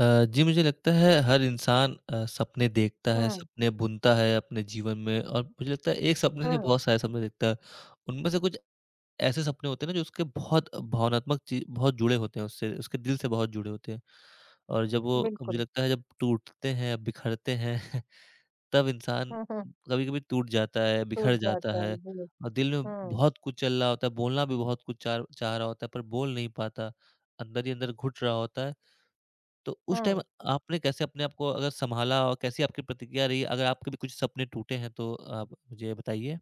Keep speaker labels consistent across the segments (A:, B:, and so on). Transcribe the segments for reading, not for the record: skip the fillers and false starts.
A: जी, मुझे लगता है हर इंसान सपने देखता है,
B: हुँ,
A: सपने बुनता है अपने जीवन में और मुझे लगता है एक सपने नहीं
B: हुँ,
A: बहुत सारे सपने देखता है। उनमें से कुछ ऐसे सपने होते हैं ना जो उसके बहुत भावनात्मक ची बहुत जुड़े होते हैं उससे, उसके दिल से बहुत जुड़े होते हैं। और जब वो मुझे
B: बिल्कुल।
A: लगता है जब टूटते हैं, बिखरते हैं तब इंसान
B: हुँ, हुँ,
A: कभी-कभी टूट जाता है,
B: टूट
A: बिखर जाता
B: जाता है,
A: है
B: जी।
A: और दिल में
B: हुँ,
A: बहुत कुछ चल रहा होता है, बोलना भी बहुत कुछ चाह चाह रहा होता है पर बोल नहीं पाता। अंदर ही अंदर घुट रहा होता है। तो उस टाइम
B: हुँ।
A: आपने कैसे अपने आप को अगर सँभाला और कैसी आपकी प्रतिक्रिया रही? अगर आपके भी कुछ सपने टूटे हैं तो आप मुझे बताइए?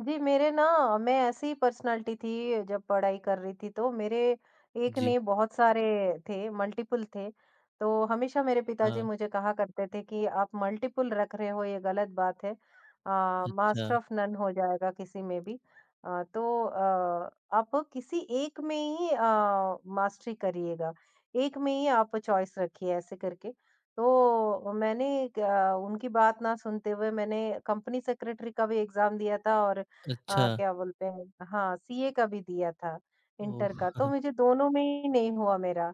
B: जी, मेरे ना मैं ऐसी पर्सनैलिटी थी जब पढ़ाई कर रही थी तो मेरे एक
A: जी।
B: नहीं बहुत सारे थे, मल्टीपल थे। तो हमेशा मेरे पिताजी
A: हाँ,
B: मुझे कहा करते थे कि आप मल्टीपल रख रहे हो ये गलत बात है।
A: अच्छा,
B: मास्टर ऑफ नन हो जाएगा किसी में भी। अ, तो अ, आप किसी एक में ही मास्टरी करिएगा। एक में ही आप चॉइस रखिए ऐसे करके। तो मैंने क उनकी बात ना सुनते हुए मैंने कंपनी सेक्रेटरी का भी एग्ज़ाम दिया था और
A: अच्छा।
B: क्या बोलते हैं, हाँ, सीए का भी दिया था,
A: ओह!
B: इंटर का। तो मुझे दोनों में ही नहीं हुआ मेरा,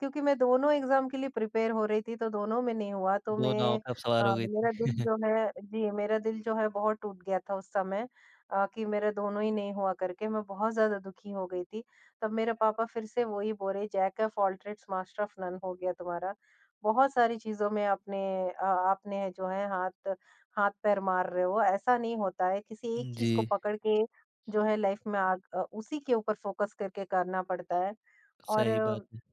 B: क्योंकि मैं दोनों एग्ज़ाम के लिए प्रिपेयर हो रही थी, तो दोनों में नहीं हुआ।
A: 2 नाव पे आप सवार हो गई थी।
B: मेरा दिल जो है, जी, मेरा दिल जो है बहुत टूट गया था उस समय, कि मेरा दोनों ही नहीं हुआ करके, मैं बहुत ज़्यादा दुखी हो गई थी। तब मेरे पापा फिर से वही बोले, "jack of all trades master of none हो गया तुम्हारा। बहुत सारी चीज़ों में आपने जो है हाथ हाथ पैर मार रहे हो, ऐसा नहीं होता है। किसी एक
A: जी,
B: चीज़ को पकड़ के जो है लाइफ में उसी के ऊपर फोकस करके करना पड़ता है।" और
A: सही बात है।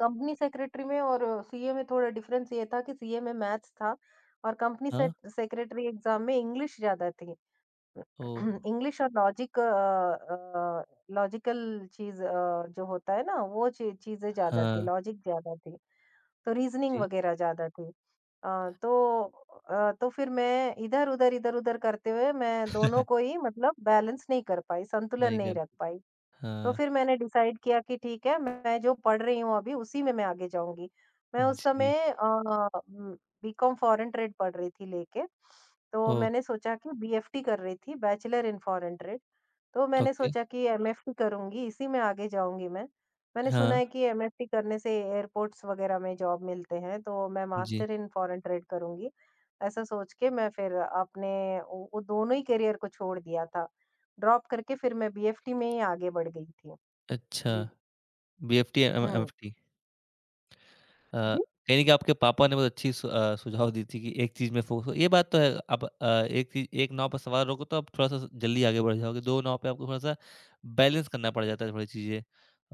B: कंपनी सेक्रेटरी में और सीए में थोड़ा डिफरेंस ये था कि सीए में मैथ्स था और कंपनी से
A: हाँ,
B: सेक्रेटरी एग्ज़ाम में इंग्लिश ज़्यादा थी।
A: ओह!
B: इंग्लिश और लॉजिक, लॉजिकल चीज़, जो होता है ना, वो ची चीज़ें ज़्यादा थी,
A: हाँ,
B: लॉजिक ज़्यादा थी। तो रीजनिंग
A: जी।
B: वगैरह ज़्यादा थी। अ, तो तो फिर मैं इधर-उधर, इधर-उधर करते हुए मैं दोनों को ही, मतलब, बैलेंस नहीं कर पाई, संतुलन
A: नहीं
B: नहीं
A: कर
B: रख पाई। तो
A: हाँ,
B: फिर मैंने डिसाइड किया कि ठीक है, मैं जो पढ़ रही हूँ अभी उसी में मैं आगे जाऊँगी। मैं उस
A: जी।
B: समय बीकॉम फॉरेन ट्रेड पढ़ रही थी लेके। तो
A: ओह!
B: मैंने सोचा कि बीएफटी कर रही थी, बैचलर इन फॉरेन ट्रेड। तो मैंने
A: ओके।
B: सोचा कि एमएफटी करूँगी, इसी में आगे जाऊँगी मैं। मैंने सुना
A: हाँ,
B: है कि एमएफटी करने से एयरपोर्ट्स वगैरह में जॉब मिलते हैं, तो मैं
A: जी।
B: मास्टर इन फॉरेन ट्रेड करूँगी। ऐसा सोच के मैं फिर अपने वो दोनों ही करियर को छोड़ दिया था। ड्रॉप करके फिर मैं बीएफटी में ही आगे बढ़ गई थी।
A: अच्छा,
B: जी।
A: बीएफटी, एम
B: हुँ।
A: एमएफटी। अ,
B: जी,
A: कहीं न कहीं आपके पापा ने बहुत अच्छी सुझाव दी थी कि एक चीज़ में फोकस हो ये बात तो है। अब एक चीज़ एक नाव पर सवार रहोगे तो आप थोड़ा-सा जल्दी आगे बढ़ जाओगे, 2 नाव पे आपको थोड़ा-सा बैलेंस करना पड़ जाता है थोड़ी चीज़ें।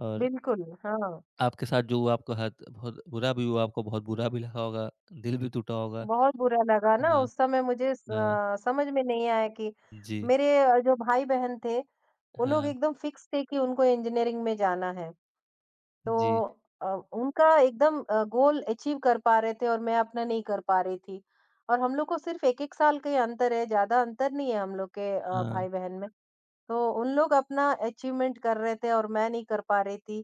A: और
B: बिल्कुल, हाँ।
A: आपके साथ जो हुआ आपको हद बहुत बुरा भी हुआ, आपको बहुत बुरा भी लगा होगा, दिल भी टूटा होगा।
B: बहुत बुरा लगा ना
A: हाँ,
B: उस समय मुझे।
A: हाँ।
B: समझ में नहीं आया कि
A: जी,
B: मेरे, जो भाई-बहन थे, वो लोग
A: हाँ,
B: एकदम फ़िक्स थे कि उनको इंजीनियरिंग में जाना है। तो
A: जी,
B: अ, उनका एकदम गोल अचीव कर पा रहे थे और मैं अपना नहीं कर पा रही थी। और हम लोग को सिर्फ़ 1-1 साल का ही अंतर है, ज़्यादा अंतर नहीं है हम लोग के
A: हाँ।
B: भाई-बहन में। तो उन लोग अपना अचीवमेंट कर रहे थे और मैं नहीं कर पा रही थी।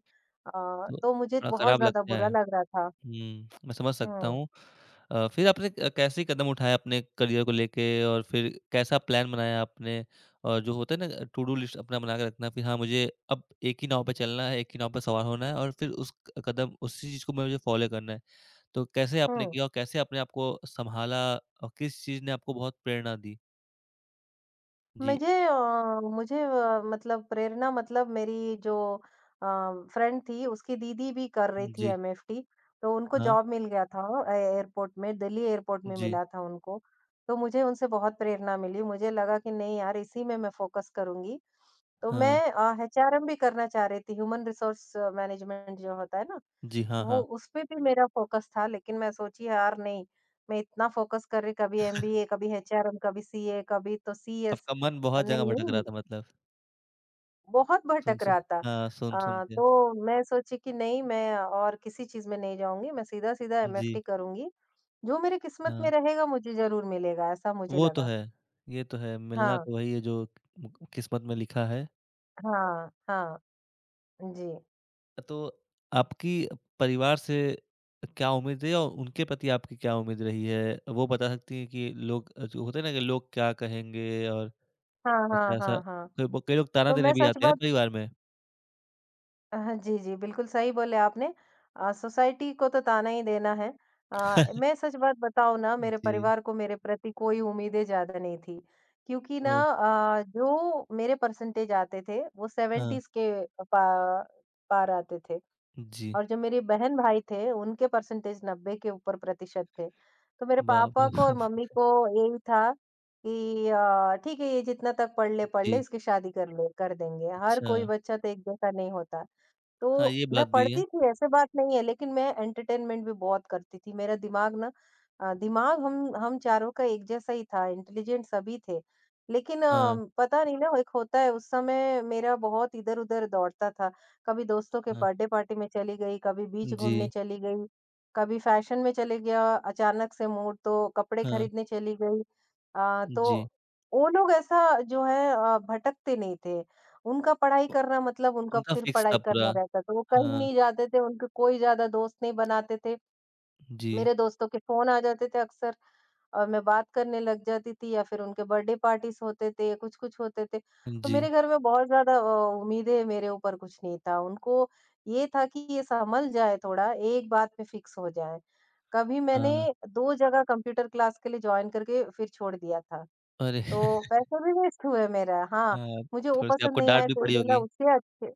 B: अ,
A: तो
B: तो मुझे
A: थोड़ा
B: बहुत
A: खराब
B: ज़्यादा
A: लगता
B: बुरा
A: है।
B: लग रहा था।
A: हुँ, मैं समझ सकता
B: हुँ।
A: हूँ। फिर आपने कैसे कदम उठाए अपने करियर को लेके और फिर कैसा प्लान बनाया आपने? और जो होता है ना टू डू लिस्ट अपना बना के रखना फिर हाँ, मुझे अब एक ही नाव पे चलना है, एक ही नाव पे सवार होना है और फिर उस क कदम उसी चीज़ को मुझे फ़ॉलो करना है। तो कैसे आपने
B: हुँ।
A: किया और कैसे आपने आपको सँभाला और किस चीज़ ने आपको बहुत प्रेरणा दी? जी,
B: मुझे अ, मुझे, मतलब, प्रेरणा, मतलब, मेरी जो अ, फ्रेंड थी, उसकी दीदी भी कर रही थी
A: जी,
B: एमएफटी, तो उनको
A: हाँ,
B: जॉब मिल गया था ए एयरपोर्ट में, दिल्ली एयरपोर्ट में
A: जी,
B: मिला था उनको। तो मुझे उनसे बहुत प्रेरणा मिली, मुझे लगा कि नहीं यार, इसी में मैं फ़ोकस करूँगी। तो मैं
A: हाँ,
B: एचआरएम भी करना चाह रही थी, ह्यूमन रिसोर्स मैनेजमेंट जो होता है ना,
A: जी, हाँ,
B: वो
A: हाँ।
B: उसपे भी मेरा फ़ोकस था। लेकिन मैं सोची यार नहीं, मैं इतना फ़ोकस कर रही कभी एमबीए, कभी एचआरएम, कभी सीए, कभी तो सीएस
A: आपका मन
B: अ,
A: बहुत जगह
B: नहीं,
A: भटक रहा
B: नहीं
A: था मतलब
B: बहुत
A: सुन,
B: भटक
A: सुन
B: रहा था।
A: हाँ, सुन, सुन के।
B: तो मैं सोची कि नहीं, मैं और किसी चीज़ में नहीं जाऊँगी, मैं सीधा-सीधा
A: जी,
B: एमएफटी करूँगी। जो मेरे किस्मत
A: हाँ।
B: में रहेगा मुझे ज़रूर मिलेगा, ऐसा मुझे
A: वो तो
B: लगा।
A: है, ये तो है, मिलना
B: हाँ,
A: तो वही है जो क किस्मत में लिखा है।
B: हाँ, हाँ, जी।
A: तो आपकी परिवार से क्या उम्मीद है और उनके प्रति आपकी क्या उम्मीद रही है? वो बता सकती हैं कि लोग जो होते हैं ना कि लोग क्या कहेंगे और
B: हाँ, हाँ,
A: ऐसा-ऐसा
B: हाँ, हाँ।
A: कई ब कई लोग ताना
B: तो
A: देने
B: मैं
A: भी
B: सच
A: आते हैं ना
B: बात
A: परिवार में।
B: हाँ, जी, जी, बिल्कुल सही बोले आपने। सोसाइटी को तो ताना ही देना है। मैं सच बात बताऊँ ना, मेरे
A: जी,
B: परिवार को मेरे प्रति कोई उम्मीदें ज़्यादा नहीं थी, क्योंकि ना
A: ओह!
B: अ, जो मेरे परसेंटेज आते थे, वो
A: हाँ,
B: 70s के पा पार आते थे
A: जी,
B: और जो मेरे बहन-भाई थे, उनके परसेंटेज 90 के ऊपर प्रतिशत थे। तो मेरे
A: बाप
B: पापा
A: रे!
B: को और मम्मी को यही था कि "ठीक है, ये जितना तक पढ़ ले,
A: जी,
B: इसकी शादी कर ले, कर देंगे।" हर
A: अच्छा,
B: कोई बच्चा तो एक जैसा नहीं होता। तो
A: हाँ, ये
B: मैं
A: बात भी है।
B: पढ़ती थी, ऐसे बात नहीं है, लेकिन मैं एंटरटेनमेंट भी बहुत करती थी। मेरा दिमाग ना अ, दिमाग हम चारों का एक जैसा ही था, इंटेलिजेंट सभी थे। लेकिन
A: हाँ,
B: पता नहीं ना, एक होता है, उस समय मेरा बहुत इधर-उधर दौड़ता था। कभी दोस्तों के
A: हाँ,
B: बर्थडे पार्टी में चली गई, कभी बीच घूमने
A: जी,
B: चली गई, कभी फैशन में चले गया अचानक से मूड, तो कपड़े
A: हाँ,
B: खरीदने चली गई। तो
A: जी,
B: वो लोग ऐसा जो है, भटकते नहीं थे। उनका पढ़ाई
A: उ
B: करना मतलब उनका
A: उनका
B: सिर्फ़
A: फिक्स था
B: पढ़ाई करना
A: पूरा।
B: रहता था, वो कहीं
A: हाँ,
B: नहीं जाते थे, उनके कोई ज़्यादा दोस्त नहीं बनाते थे।
A: जी,
B: मेरे दोस्तों के फ़ोन आ जाते थे अक्सर और मैं बात करने लग जाती थी, या फिर उनके बर्थडे पार्टीज़ होते थे, कुछ-कुछ होते थे। तो
A: जी,
B: मेरे घर में बहुत ज़्यादा उम्मीदें मेरे ऊपर कुछ नहीं था, उनको ये था कि ये संभल जाए थोड़ा, एक बात पे फ़िक्स हो जाए। कभी मैंने
A: हाँ।
B: 2 जगह कंप्यूटर क्लास के लिए जॉइन करके फिर छोड़ दिया था।
A: अरे!
B: तो पैसा भी वेस्ट हुआ मेरा। हाँ,
A: हाँ,
B: मुझे वो
A: थोड़ी-सी
B: पसंद
A: आपको
B: नहीं
A: डाँट
B: आया,
A: भी
B: कोई
A: पड़ी
B: बोला
A: होगी।
B: उससे अच्छे।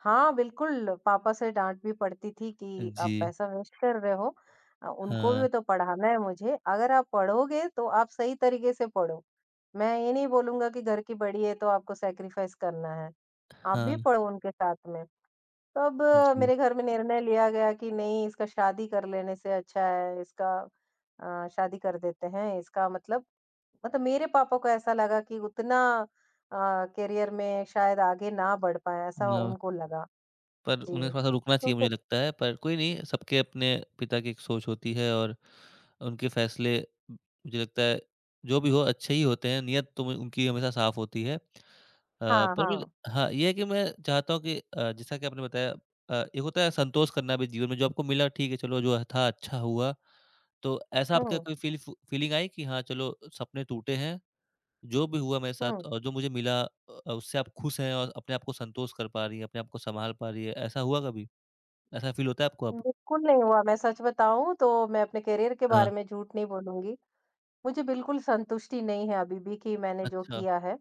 B: हाँ, बिल्कुल पापा से डाँट भी पड़ती थी कि आप
A: जी,
B: पैसा वेस्ट कर रहे हो। उनको
A: हाँ,
B: भी तो पढ़ाना है मुझे, अगर आप पढ़ोगे तो आप सही तरीके से पढ़ो। मैं ये नहीं बोलूँगा कि घर की बड़ी है तो आपको सैक्रिफाइस करना है, आप
A: हाँ,
B: भी पढ़ो उनके साथ में। तो अब
A: जी।
B: मेरे घर में निर्णय लिया गया कि नहीं, इसका शादी कर लेने से अच्छा है, इसका शादी कर देते हैं, इसका मतलब मेरे पापा को ऐसा लगा कि उतना अ, करियर में शायद आगे ना बढ़ पाए, ऐसा
A: ना
B: उनको लगा।
A: पर उन्हें
B: जी।
A: थोड़ा-सा रुकना
B: तो
A: चाहिए
B: फिर,
A: मुझे लगता है, पर कोई नहीं सबके अपने पिता की एक सोच होती है और उनके फैसले मुझे लगता है जो भी हो अच्छे ही होते हैं, नीयत तो उनकी हमेशा साफ होती है।
B: हाँ,
A: पर मुझे
B: हाँ।
A: हाँ, ये है कि मैं चाहता हूँ कि जैसा कि आपने बताया एक होता है संतोष करना भी जीवन में जो आपको मिला ठीक है चलो जो था अच्छा हुआ। तो ऐसा आपका
B: हुँ,
A: कोई फीलिंग आई कि हाँ, चलो सपने टूटे हैं जो भी हुआ मेरे साथ
B: हुँ।
A: और जो मुझे मिला उससे आप खुश हैं और अपने आप को संतोष कर पा रही हैं, अपने आप को सँभाल पा रही हैं, ऐसा हुआ कभी? ऐसा फ़ील होता है आपको अब?
B: बिल्कुल नहीं हुआ, मैं सच बताऊँ तो मैं अपने करियर के
A: हाँ,
B: बारे में झूठ नहीं बोलूँगी। मुझे बिल्कुल संतुष्टि नहीं है अभी भी कि मैंने जो
A: अच्छा,
B: किया है।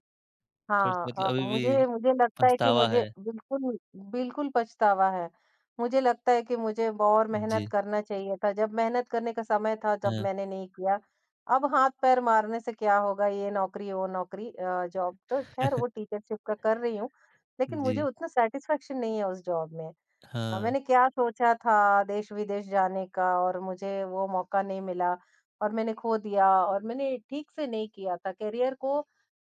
B: हाँ
A: थोड़ी-सी मतलब
B: अ,
A: अभी भी
B: मुझे मुझे लगता है कि
A: पछतावा
B: मुझे
A: है।
B: बिल्कुल, बिल्कुल पछतावा है। मुझे लगता है कि मुझे और मेहनत
A: जी,
B: करना चाहिए था। जब मेहनत करने का समय था तब
A: हाँ।
B: मैंने नहीं किया। अब हाथ-पैर मारने से क्या होगा? ये नौकरी, वो नौकरी, जॉब, तो ख़ैर वो टीचरशिप का कर रही हूँ। लेकिन मुझे
A: जी,
B: उतना सैटिस्फैक्शन नहीं है उस जॉब में।
A: हाँ,
B: मैंने क्या सोचा था, देश-विदेश जाने का, और मुझे वो मौका नहीं मिला और मैंने खो दिया और मैंने ठीक से नहीं किया था। करियर को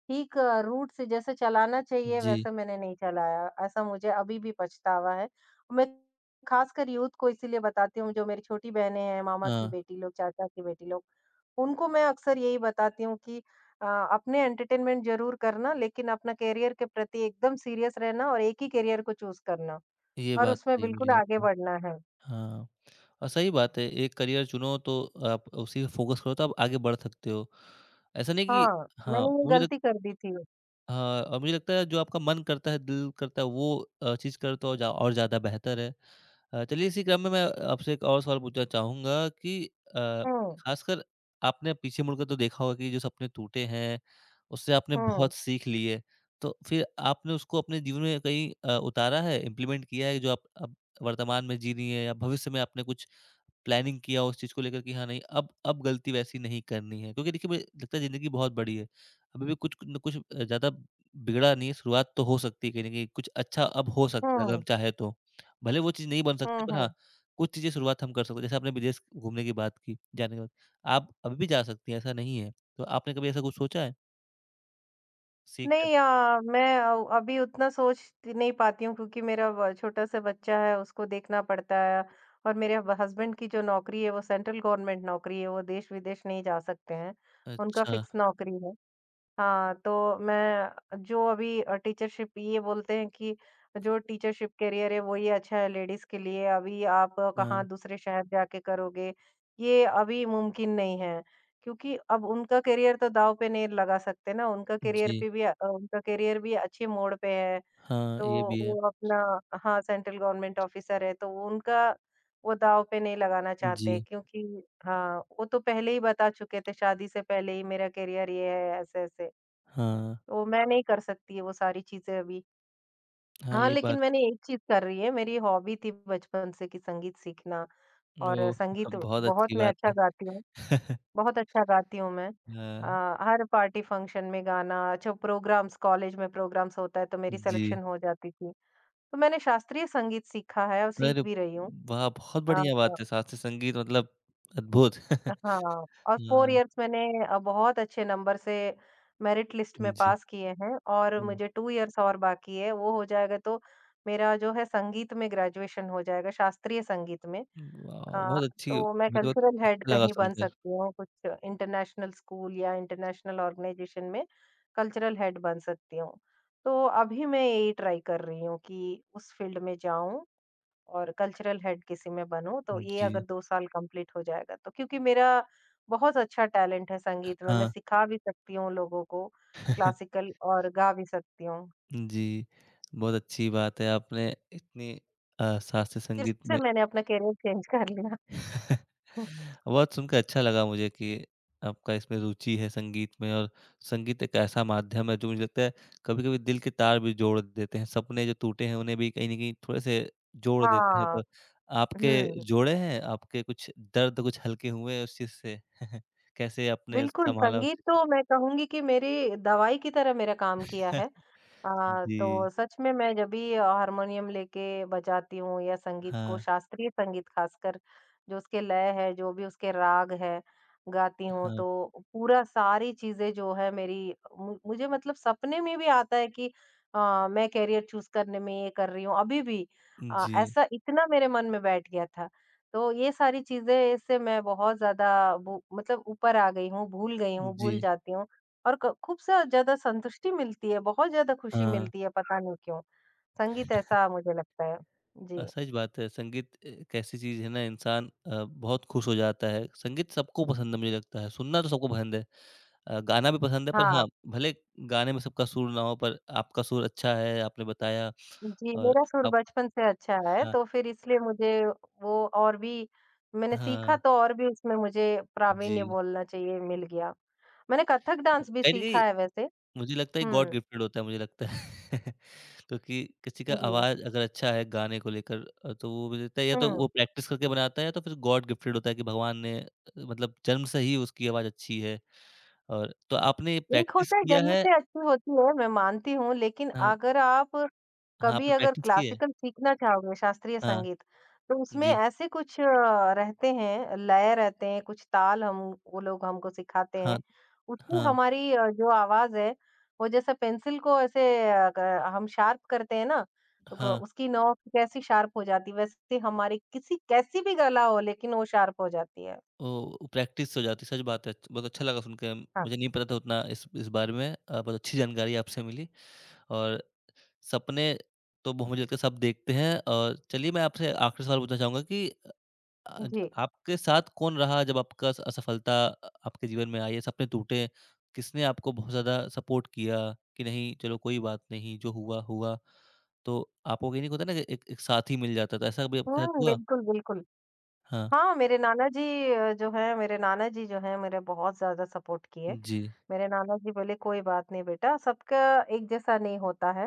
B: ठीक रूट से जैसे चलाना चाहिए
A: जी,
B: वैसे मैंने नहीं चलाया, ऐसा मुझे अभी भी पछतावा है। मैं खासकर यूथ को इसीलिए बताती हूँ, जो मेरी छोटी बहनें हैं, मामा की
A: हाँ,
B: बेटी लोग, चाचा की बेटी लोग, उनको मैं अक्सर यही बताती हूँ कि अ, अपने एंटरटेनमेंट ज़रूर करना, लेकिन अपना करियर के प्रति एकदम सीरियस रहना और एक ही करियर को चूज़ करना।
A: ये
B: और
A: बात
B: उसमें
A: सही
B: बिल्कुल
A: बोली
B: आगे
A: आपने।
B: बढ़ना है।
A: हाँ, और सही बात है, एक करियर चुनो तो आप उसी पे फ़ोकस करो तो आप आगे बढ़ सकते हो। ऐसा नहीं कि
B: हाँ,
A: हाँ,
B: मैंने ये
A: मुझे लगता
B: गलती कर दी थी।
A: हाँ, और मुझे लगता है जो आपका मन करता है, दिल करता है वो चीज़ करो तो जा और ज़्यादा बेहतर है। चलिए इसी क्रम में मैं आपसे एक और सवाल पूछना चाहूँगा कि अ,
B: हुँ,
A: ख़ासकर आपने पीछे मुड़कर तो देखा होगा कि जो सपने टूटे हैं, उससे आपने
B: हुँ,
A: बहुत सीख ली है। तो फिर आपने उसको अपने जीवन में कहीं उतारा है, इम्प्लीमेंट किया है जो आप अब वर्तमान में जी रही हैं या भविष्य में आपने कुछ प्लानिंग किया हो उस चीज़ को लेकर कि हाँ, नहीं अब गलती वैसी नहीं करनी है? क्योंकि देखिए मुझे लगता है ज़िंदगी बहुत बड़ी है। अभी भी कुछ न कुछ ज़्यादा बिगड़ा नहीं है, शुरुआत तो हो सकती है कहीं न कहीं, कुछ अच्छा अब हो सकता है अगर हम
B: हुँ,
A: चाहें तो। भले वो चीज़ नहीं बन सकती
B: हुँ,
A: पर
B: हुँ।
A: हाँ, कुछ चीज़ें शुरुआत हम कर सकते हैं। जैसे आपने विदेश घूमने की बात की, जाने के बाद, आप अभी भी जा सकती हैं, ऐसा नहीं है। तो आपने कभी ऐसा कुछ सोचा है? सीख कर
B: नहीं, मैं, अभी उतना सोच नहीं पाती हूँ क्योंकि मेरा ब छोटा-सा बच्चा है, उसको देखना पड़ता है, और मेरे अब हस्बैंड की जो नौकरी है, वो सेंट्रल गवर्नमेंट नौकरी है, वो देश-विदेश नहीं जा सकते हैं। उनका
A: अच्छा,
B: फिक्स नौकरी है। हाँ, तो मैं जो अभी टीचरशिप, ये बोलते हैं कि जो टीचरशिप करियर है वो ही अच्छा है लेडीज़ के लिए, अभी आप कहाँ
A: हाँ,
B: दूसरे शहर जाके करोगे, ये अभी मुमकिन नहीं है। क्योंकि अब उनका करियर तो दाँव पे नहीं लगा सकते ना,
A: जी।
B: उनका करियर भी अच्छे मोड़ पे है,
A: हाँ,
B: तो
A: ये भी है।
B: वो अपना, हाँ, सेंट्रल गवर्नमेंट ऑफ़िसर है, तो वो उनका, वो दाँव पे नहीं लगाना चाहते,
A: जी,
B: क्योंकि हाँ, वो तो पहले ही बता चुके थे शादी से पहले ही मेरा करियर ये है, ऐसे-ऐसे।
A: हाँ।
B: वो मैं नहीं कर सकती है वो सारी चीज़ें अभी।
A: हाँ,
B: हाँ,
A: ये
B: लेकिन
A: बात
B: मैंने एक चीज़ कर रही है, मेरी हॉबी थी बचपन से कि संगीत सीखना। और
A: ओह!
B: संगीत
A: बहुत
B: बहुत
A: अच्छी
B: मैं
A: बात
B: अच्छा
A: है।
B: गाती हूँ, बहुत अच्छा गाती हूँ मैं।
A: हाँ,
B: हर पार्टी फंक्शन में गाना, अच्छा प्रोग्राम्स, कॉलेज में प्रोग्राम्स होता है तो मेरी
A: जी।
B: सिलेक्शन हो जाती थी। तो मैंने शास्त्रीय संगीत सीखा है और
A: अरे
B: सीख भी रही हूँ।
A: वाह! बहुत
B: अ
A: बढ़िया बात है शास्त्रीय संगीत मतलब अद्भुत।
B: हाँ, और 4
A: हाँ,
B: इयर्स मैंने बहुत अच्छे नंबर से मेरिट लिस्ट में
A: जी।
B: पास किए हैं और
A: हुँ।
B: मुझे 2 इयर्स और बाकी है, वो हो जाएगा तो मेरा जो है संगीत में ग्रेजुएशन हो जाएगा, शास्त्रीय संगीत में।
A: वाह!
B: अ,
A: बहुत अच्छी
B: तो मैं
A: मुझे बहुत
B: कल्चरल हेड
A: अच्छा लगा
B: कहीं बन
A: सुनकर।
B: सकती हूँ, कुछ इंटरनेशनल स्कूल या इंटरनेशनल ऑर्गेनाइजेशन में कल्चरल हेड बन सकती हूँ। तो अभी मैं यही ट्राई कर रही हूँ कि उस फील्ड में जाऊँ और कल्चरल हेड किसी में बनूँ, तो ये
A: जी,
B: अगर 2 साल कंप्लीट हो जाएगा तो, क्योंकि मेरा बहुत अच्छा टैलेंट है संगीत में, मैं
A: हाँ।
B: सिखा भी सकती हूँ लोगों को क्लासिकल और गा भी सकती हूँ।
A: जी, बहुत अच्छी बात है आपने इतनी शास्त्रीय
B: फिर
A: संगीत
B: से
A: में
B: मैंने अपना करियर चेंज कर लिया। हुँ,
A: बहुत सुनकर अच्छा लगा मुझे कि आपका इसमें रुचि है संगीत में और संगीत एक ऐसा माध्यम है जो मुझे लगता है कभी-कभी दिल के तार भी जोड़ देते हैं, सपने जो टूटे हैं उन्हें भी कहीं न कहीं थोड़े-से जोड़ देते हैं।
B: हाँ,
A: तो आपके
B: हुँ,
A: जोड़े हैं? आपके कुछ दर्द कुछ हल्के हुए उस चीज़ से? कैसे आपने
B: बिल्कुल
A: सँभाला उस
B: संगीत
A: चीज़
B: तो मैं कहूँगी कि मेरी दवाई की तरह मेरा
A: को?
B: काम किया है। हाँ, तो
A: जी।
B: सच में मैं जब भी हारमोनियम लेके बजाती हूँ या संगीत को,
A: हाँ,
B: शास्त्रीय संगीत खासकर, जो उसके लय है, जो भी उसके राग है, गाती हूँ
A: हाँ।
B: तो पूरा सारी चीज़ें जो है मेरी, मु मुझे, मतलब, सपने में भी आता है कि मैं करियर चूज़ करने में ये कर रही हूँ अभी भी,
A: जी,
B: ऐसा इतना मेरे मन में बैठ गया था। तो ये सारी चीज़ें इससे मैं बहुत ज़्यादा बु मतलब ऊपर आ गई हूँ,
A: जी,
B: भूल जाती हूँ। और क खूब सा ज़्यादा संतुष्टि मिलती है, बहुत ज़्यादा खुशी
A: हाँ।
B: मिलती है, पता नहीं क्यों। संगीत ऐसा मुझे लगता है। जी,
A: सच बात है। संगीत एक ऐसी चीज़ है ना इंसान बहुत खुश हो जाता है। संगीत सबको पसंद है मुझे लगता है, सुनना तो सबको पसंद है। गाना भी पसंद है पर हाँ,
B: हाँ।
A: भले गाने में सबका सुर ना हो पर आपका सुर अच्छा है आपने बताया
B: जी,
A: और
B: मेरा सुर
A: आप
B: बचपन से अच्छा है,
A: हाँ,
B: तो फिर इसलिए मुझे वो और भी, मैंने सीखा
A: हाँ,
B: तो और भी उसमें मुझे
A: जी।
B: प्रावीण्य बोलना चाहिए मिल गया। मैंने कथक डांस भी
A: कहीं न कहीं
B: सीखा है वैसे।
A: मुझे लगता है गॉड
B: हुँ,
A: गिफ्टेड होता है मुझे लगता है। क्योंकि किसी का
B: जी।
A: आवाज़ अगर अच्छा है गाने को लेकर तो वो मुझे लगता है या तो
B: हुँ।
A: वो प्रैक्टिस करके बनाता है या तो फिर गॉड गिफ्टेड होता है कि भगवान ने मतलब जन्म से ही उसकी आवाज़ अच्छी है। और तो आपने
B: एक
A: प्रैक्टिस
B: होता है
A: किया
B: जन्म
A: है
B: से अच्छी होती है, मैं मानती हूँ, लेकिन
A: हाँ,
B: अगर आप
A: हाँ,
B: कभी
A: आपने
B: अगर
A: प्रैक्टिस की है?
B: क्लासिकल सीखना चाहोगे, शास्त्रीय
A: हाँ,
B: संगीत, तो उसमें
A: जी।
B: ऐसे कुछ रहते हैं, लय रहते हैं, कुछ ताल, हम, वो लोग हमको सिखाते
A: हाँ,
B: हैं। उसमें
A: हाँ,
B: हमारी जो आवाज़ है, वो जैसे पेंसिल को ऐसे अ, ग हम शार्प करते हैं ना, तो ग
A: हाँ।
B: उसकी नोक कैसी शार्प हो जाती है, वैसे हमारी किसी कैसी भी गला हो, लेकिन वो शार्प हो जाती है।
A: ओह! प्रैक्टिस हो जाती है, सच बात है। बहुत अच्छा लगा सुनके,
B: हाँ,
A: मुझे नहीं पता था उतना इस बारे में बहुत अच्छी जानकारी आपसे मिली और सपने तो वो मुझे लगता है सब देखते हैं और चलिए मैं आपसे आखिरी सवाल पूछना चाहूँगा कि आज
B: जी।
A: आपके साथ कौन रहा जब आपका अस असफलता आपके जीवन में आई या सपने टूटे? किसने आपको बहुत ज़्यादा सपोर्ट किया कि नहीं चलो कोई बात नहीं, जो हुआ, हुआ? तो आपको कहीं नहीं होता ना कि एक एक साथी मिल जाता था, ऐसा कभी आपके साथ
B: हुँ,
A: हुआ?
B: बिल्कुल, बिल्कुल।
A: हाँ।
B: हाँ, मेरे नाना जी जो हैं मेरा बहुत ज़्यादा सपोर्ट किए।
A: जी।
B: मेरे नाना जी बोले कोई बात नहीं बेटा, सबका एक जैसा नहीं होता है।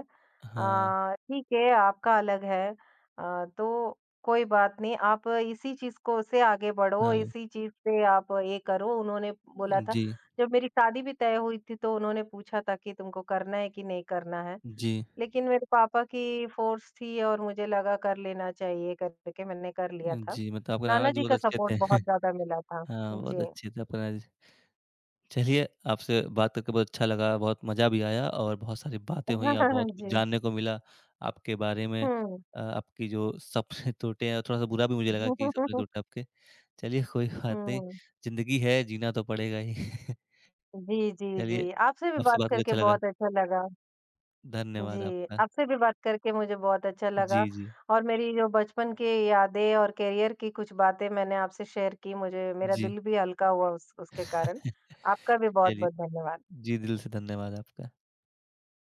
A: हाँ,
B: ठीक है, आपका अलग है , तो कोई बात नहीं, आप इसी चीज़ को से आगे बढ़ो,
A: हाँ।
B: इसी चीज़ से आप ये करो, उन्होंने बोला था।
A: जी,
B: जब मेरी शादी भी तय हुई थी तो उन्होंने पूछा था कि तुमको करना है कि नहीं करना है?
A: जी,
B: लेकिन मेरे पापा की फ़ोर्स थी और मुझे लगा कर लेना चाहिए करके मैंने कर लिया था।
A: जी, मतलब आपके नाना
B: नाना
A: जी
B: जी
A: बहुत
B: का
A: अच्छे थे।
B: सपोर्ट बहुत ज़्यादा मिला था।
A: हाँ, बहुत
B: जी।
A: अच्छे थे आपके नाना जी। चलिए, आपसे बात करके बहुत अच्छा लगा, बहुत मज़ा भी आया और बहुत सारी बातें हुई और बहुत कुछ
B: जी।
A: जानने को मिला आपके बारे में।
B: हुँ।
A: आपकी जो सपने टूटे हैं, थोड़ा-सा बुरा भी मुझे लगा कि सपने
B: हुँ।
A: टूटे आपके। चलिए, कोई बात नहीं, ज़िंदगी है, जीना तो पड़ेगा ही।
B: जी, जी,
A: चलिए,
B: जी। आपसे भी
A: आपसे
B: बात
A: बात करके
B: करके
A: अच्छा लगा।
B: बहुत अच्छा लगा।
A: धन्यवाद
B: जी,
A: आपका।
B: आपसे भी बात करके मुझे बहुत अच्छा लगा
A: जी, जी।
B: और मेरी जो बचपन की यादें और करियर की कुछ बातें मैंने आपसे शेयर की, मुझे मेरा
A: जी।
B: दिल भी हल्का हुआ उस उसके कारण। आपका भी
A: चलिए,
B: बहुत-बहुत धन्यवाद।
A: जी दिल से धन्यवाद आपका।